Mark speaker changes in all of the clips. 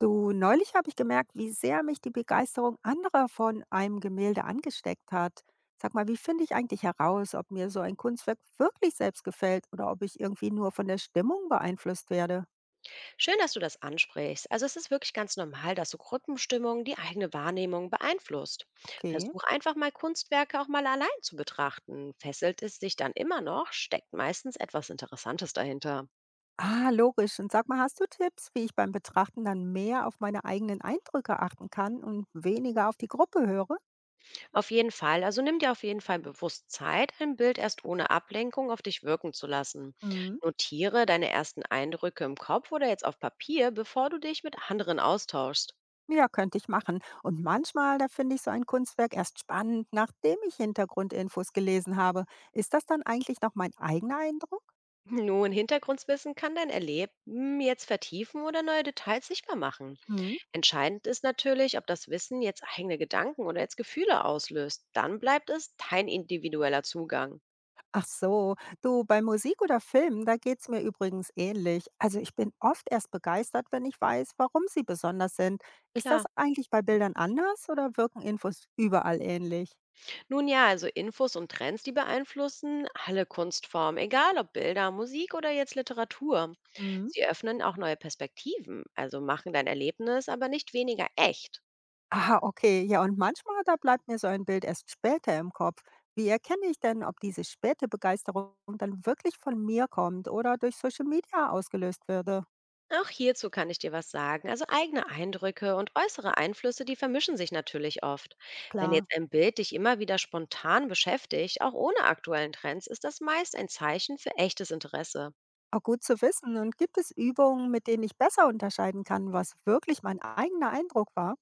Speaker 1: Du, neulich habe ich gemerkt, wie sehr mich die Begeisterung anderer von einem Gemälde angesteckt hat. Sag mal, wie finde ich eigentlich heraus, ob mir so ein Kunstwerk wirklich selbst gefällt oder ob ich irgendwie nur von der Stimmung beeinflusst werde?
Speaker 2: Schön, dass du das ansprichst. Also es ist wirklich ganz normal, dass so Gruppenstimmung die eigene Wahrnehmung beeinflusst.
Speaker 1: Okay.
Speaker 2: Versuch einfach mal Kunstwerke auch mal allein zu betrachten. Fesselt es dich dann immer noch, steckt meistens etwas Interessantes dahinter.
Speaker 1: Ah, logisch. Und sag mal, hast du Tipps, wie ich beim Betrachten dann mehr auf meine eigenen Eindrücke achten kann und weniger auf die Gruppe höre?
Speaker 2: Auf jeden Fall, also nimm dir auf jeden Fall bewusst Zeit, ein Bild erst ohne Ablenkung auf dich wirken zu lassen. Notiere deine ersten Eindrücke im Kopf oder jetzt auf Papier, bevor du dich mit anderen austauschst.
Speaker 1: Ja, könnte ich machen. Und manchmal, da finde ich so ein Kunstwerk erst spannend, nachdem ich Hintergrundinfos gelesen habe. Ist das dann eigentlich noch mein eigener Eindruck?
Speaker 2: Nun, Hintergrundwissen kann dein Erleben jetzt vertiefen oder neue Details sichtbar machen.
Speaker 1: Hm?
Speaker 2: Entscheidend ist natürlich, ob das Wissen jetzt eigene Gedanken oder jetzt Gefühle auslöst. Dann bleibt es dein individueller Zugang.
Speaker 1: Ach so, du, bei Musik oder Film, da geht es mir übrigens ähnlich. Also ich bin oft erst begeistert, wenn ich weiß, warum sie besonders sind. Ist das
Speaker 2: Klar.
Speaker 1: eigentlich bei Bildern anders oder wirken Infos überall ähnlich?
Speaker 2: Nun ja, also Infos und Trends, die beeinflussen alle Kunstformen, egal ob Bilder, Musik oder jetzt Literatur.
Speaker 1: Hm?
Speaker 2: Sie öffnen auch neue Perspektiven, also machen dein Erlebnis aber nicht weniger echt.
Speaker 1: Aha, okay. Ja, und manchmal, da bleibt mir so ein Bild erst später im Kopf. Wie erkenne ich denn, ob diese späte Begeisterung dann wirklich von mir kommt oder durch Social Media ausgelöst würde?
Speaker 2: Auch hierzu kann ich dir was sagen. Also eigene Eindrücke und äußere Einflüsse, die vermischen sich natürlich oft. Wenn
Speaker 1: Klar.
Speaker 2: jetzt ein Bild dich immer wieder spontan beschäftigt, auch ohne aktuellen Trends, ist das meist ein Zeichen für echtes Interesse.
Speaker 1: Auch gut zu wissen. Und gibt es Übungen, mit denen ich besser unterscheiden kann, was wirklich mein eigener Eindruck war?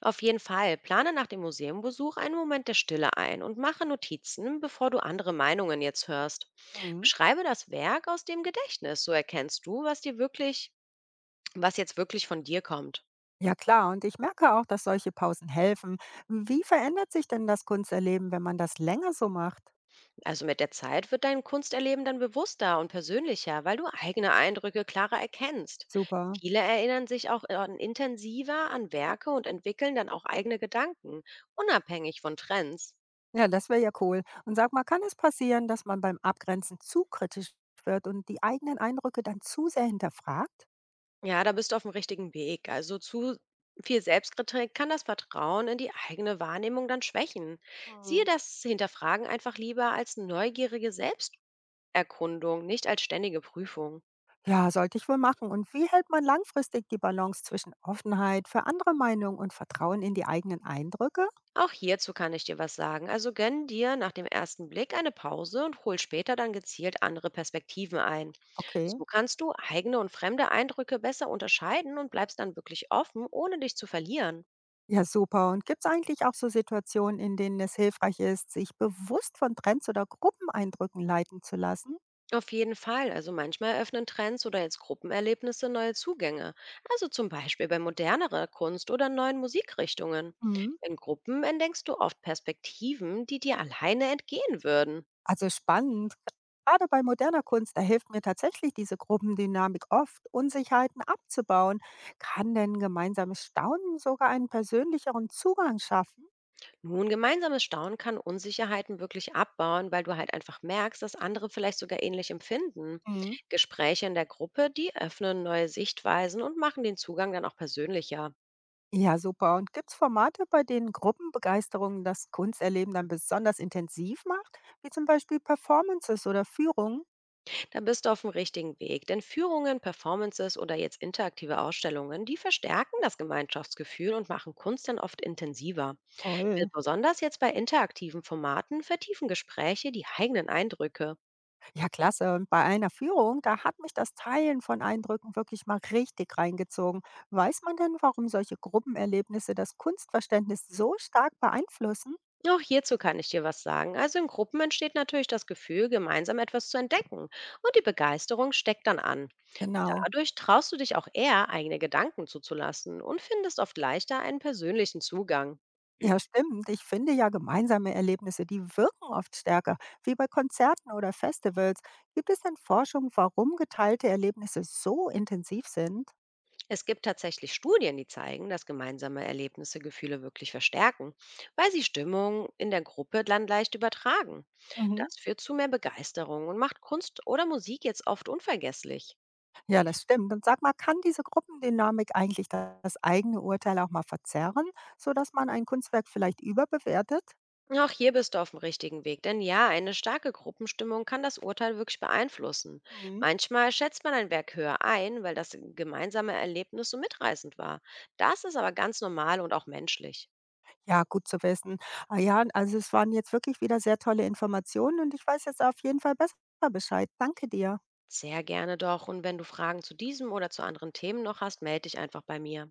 Speaker 2: Auf jeden Fall, plane nach dem Museumbesuch einen Moment der Stille ein und mache Notizen, bevor du andere Meinungen jetzt hörst.
Speaker 1: Mhm.
Speaker 2: Beschreibe das Werk aus dem Gedächtnis, so erkennst du, was dir was jetzt wirklich von dir kommt.
Speaker 1: Ja, klar. Und ich merke auch, dass solche Pausen helfen. Wie verändert sich denn das Kunsterleben, wenn man das länger so macht?
Speaker 2: Also mit der Zeit wird dein Kunsterleben dann bewusster und persönlicher, weil du eigene Eindrücke klarer erkennst.
Speaker 1: Super.
Speaker 2: Viele erinnern sich intensiver an Werke und entwickeln dann auch eigene Gedanken, unabhängig von Trends.
Speaker 1: Ja, das wäre ja cool. Und sag mal, kann es passieren, dass man beim Abgrenzen zu kritisch wird und die eigenen Eindrücke dann zu sehr hinterfragt?
Speaker 2: Ja, da bist du auf dem richtigen Weg. Also zu viel Selbstkritik kann das Vertrauen in die eigene Wahrnehmung dann schwächen. Siehe
Speaker 1: Hm.
Speaker 2: das Hinterfragen einfach lieber als neugierige Selbsterkundung, nicht als ständige Prüfung.
Speaker 1: Ja, sollte ich wohl machen. Und wie hält man langfristig die Balance zwischen Offenheit für andere Meinungen und Vertrauen in die eigenen Eindrücke?
Speaker 2: Auch hierzu kann ich dir was sagen. Also gönn dir nach dem ersten Blick eine Pause und hol später dann gezielt andere Perspektiven ein.
Speaker 1: Okay.
Speaker 2: So kannst du eigene und fremde Eindrücke besser unterscheiden und bleibst dann wirklich offen, ohne dich zu verlieren.
Speaker 1: Ja, super. Und gibt es eigentlich auch so Situationen, in denen es hilfreich ist, sich bewusst von Trends oder Gruppeneindrücken leiten zu lassen?
Speaker 2: Auf jeden Fall. Also manchmal öffnen Trends oder jetzt Gruppenerlebnisse neue Zugänge. Also zum Beispiel bei modernerer Kunst oder neuen Musikrichtungen.
Speaker 1: Mhm.
Speaker 2: In Gruppen entdeckst du oft Perspektiven, die dir alleine entgehen würden.
Speaker 1: Also spannend. Gerade bei moderner Kunst, da hilft mir tatsächlich diese Gruppendynamik oft, Unsicherheiten abzubauen. Kann denn gemeinsames Staunen sogar einen persönlicheren Zugang schaffen?
Speaker 2: Nun, gemeinsames Staunen kann Unsicherheiten wirklich abbauen, weil du halt einfach merkst, dass andere vielleicht sogar ähnlich empfinden.
Speaker 1: Mhm.
Speaker 2: Gespräche in der Gruppe, die öffnen neue Sichtweisen und machen den Zugang dann auch persönlicher.
Speaker 1: Ja, super. Und gibt es Formate, bei denen Gruppenbegeisterung das Kunsterleben dann besonders intensiv macht, wie zum Beispiel Performances oder Führungen?
Speaker 2: Da bist du auf dem richtigen Weg, denn Führungen, Performances oder jetzt interaktive Ausstellungen, die verstärken das Gemeinschaftsgefühl und machen Kunst dann oft intensiver.
Speaker 1: Toll.
Speaker 2: Besonders jetzt bei interaktiven Formaten vertiefen Gespräche die eigenen Eindrücke.
Speaker 1: Ja, klasse. Und bei einer Führung, da hat mich das Teilen von Eindrücken wirklich mal richtig reingezogen. Weiß man denn, warum solche Gruppenerlebnisse das Kunstverständnis so stark beeinflussen?
Speaker 2: Auch hierzu kann ich dir was sagen. Also in Gruppen entsteht natürlich das Gefühl, gemeinsam etwas zu entdecken. Und die Begeisterung steckt dann an.
Speaker 1: Genau.
Speaker 2: Dadurch traust du dich auch eher, eigene Gedanken zuzulassen und findest oft leichter einen persönlichen Zugang.
Speaker 1: Ja, stimmt. Ich finde ja gemeinsame Erlebnisse, die wirken oft stärker, wie bei Konzerten oder Festivals. Gibt es denn Forschung, warum geteilte Erlebnisse so intensiv sind?
Speaker 2: Es gibt tatsächlich Studien, die zeigen, dass gemeinsame Erlebnisse Gefühle wirklich verstärken, weil sie Stimmung in der Gruppe dann leicht übertragen.
Speaker 1: Mhm.
Speaker 2: Das führt zu mehr Begeisterung und macht Kunst oder Musik jetzt oft unvergesslich.
Speaker 1: Ja, das stimmt. Und sag mal, kann diese Gruppendynamik eigentlich das eigene Urteil auch mal verzerren, sodass man ein Kunstwerk vielleicht überbewertet?
Speaker 2: Auch hier bist du auf dem richtigen Weg, denn ja, eine starke Gruppenstimmung kann das Urteil wirklich beeinflussen.
Speaker 1: Mhm.
Speaker 2: Manchmal schätzt man ein Werk höher ein, weil das gemeinsame Erlebnis so mitreißend war. Das ist aber ganz normal und auch menschlich.
Speaker 1: Ja, gut zu wissen. Ah ja, also es waren jetzt wirklich wieder sehr tolle Informationen und ich weiß jetzt auf jeden Fall besser Bescheid. Danke dir.
Speaker 2: Sehr gerne doch, und wenn du Fragen zu diesem oder zu anderen Themen noch hast, melde dich einfach bei mir.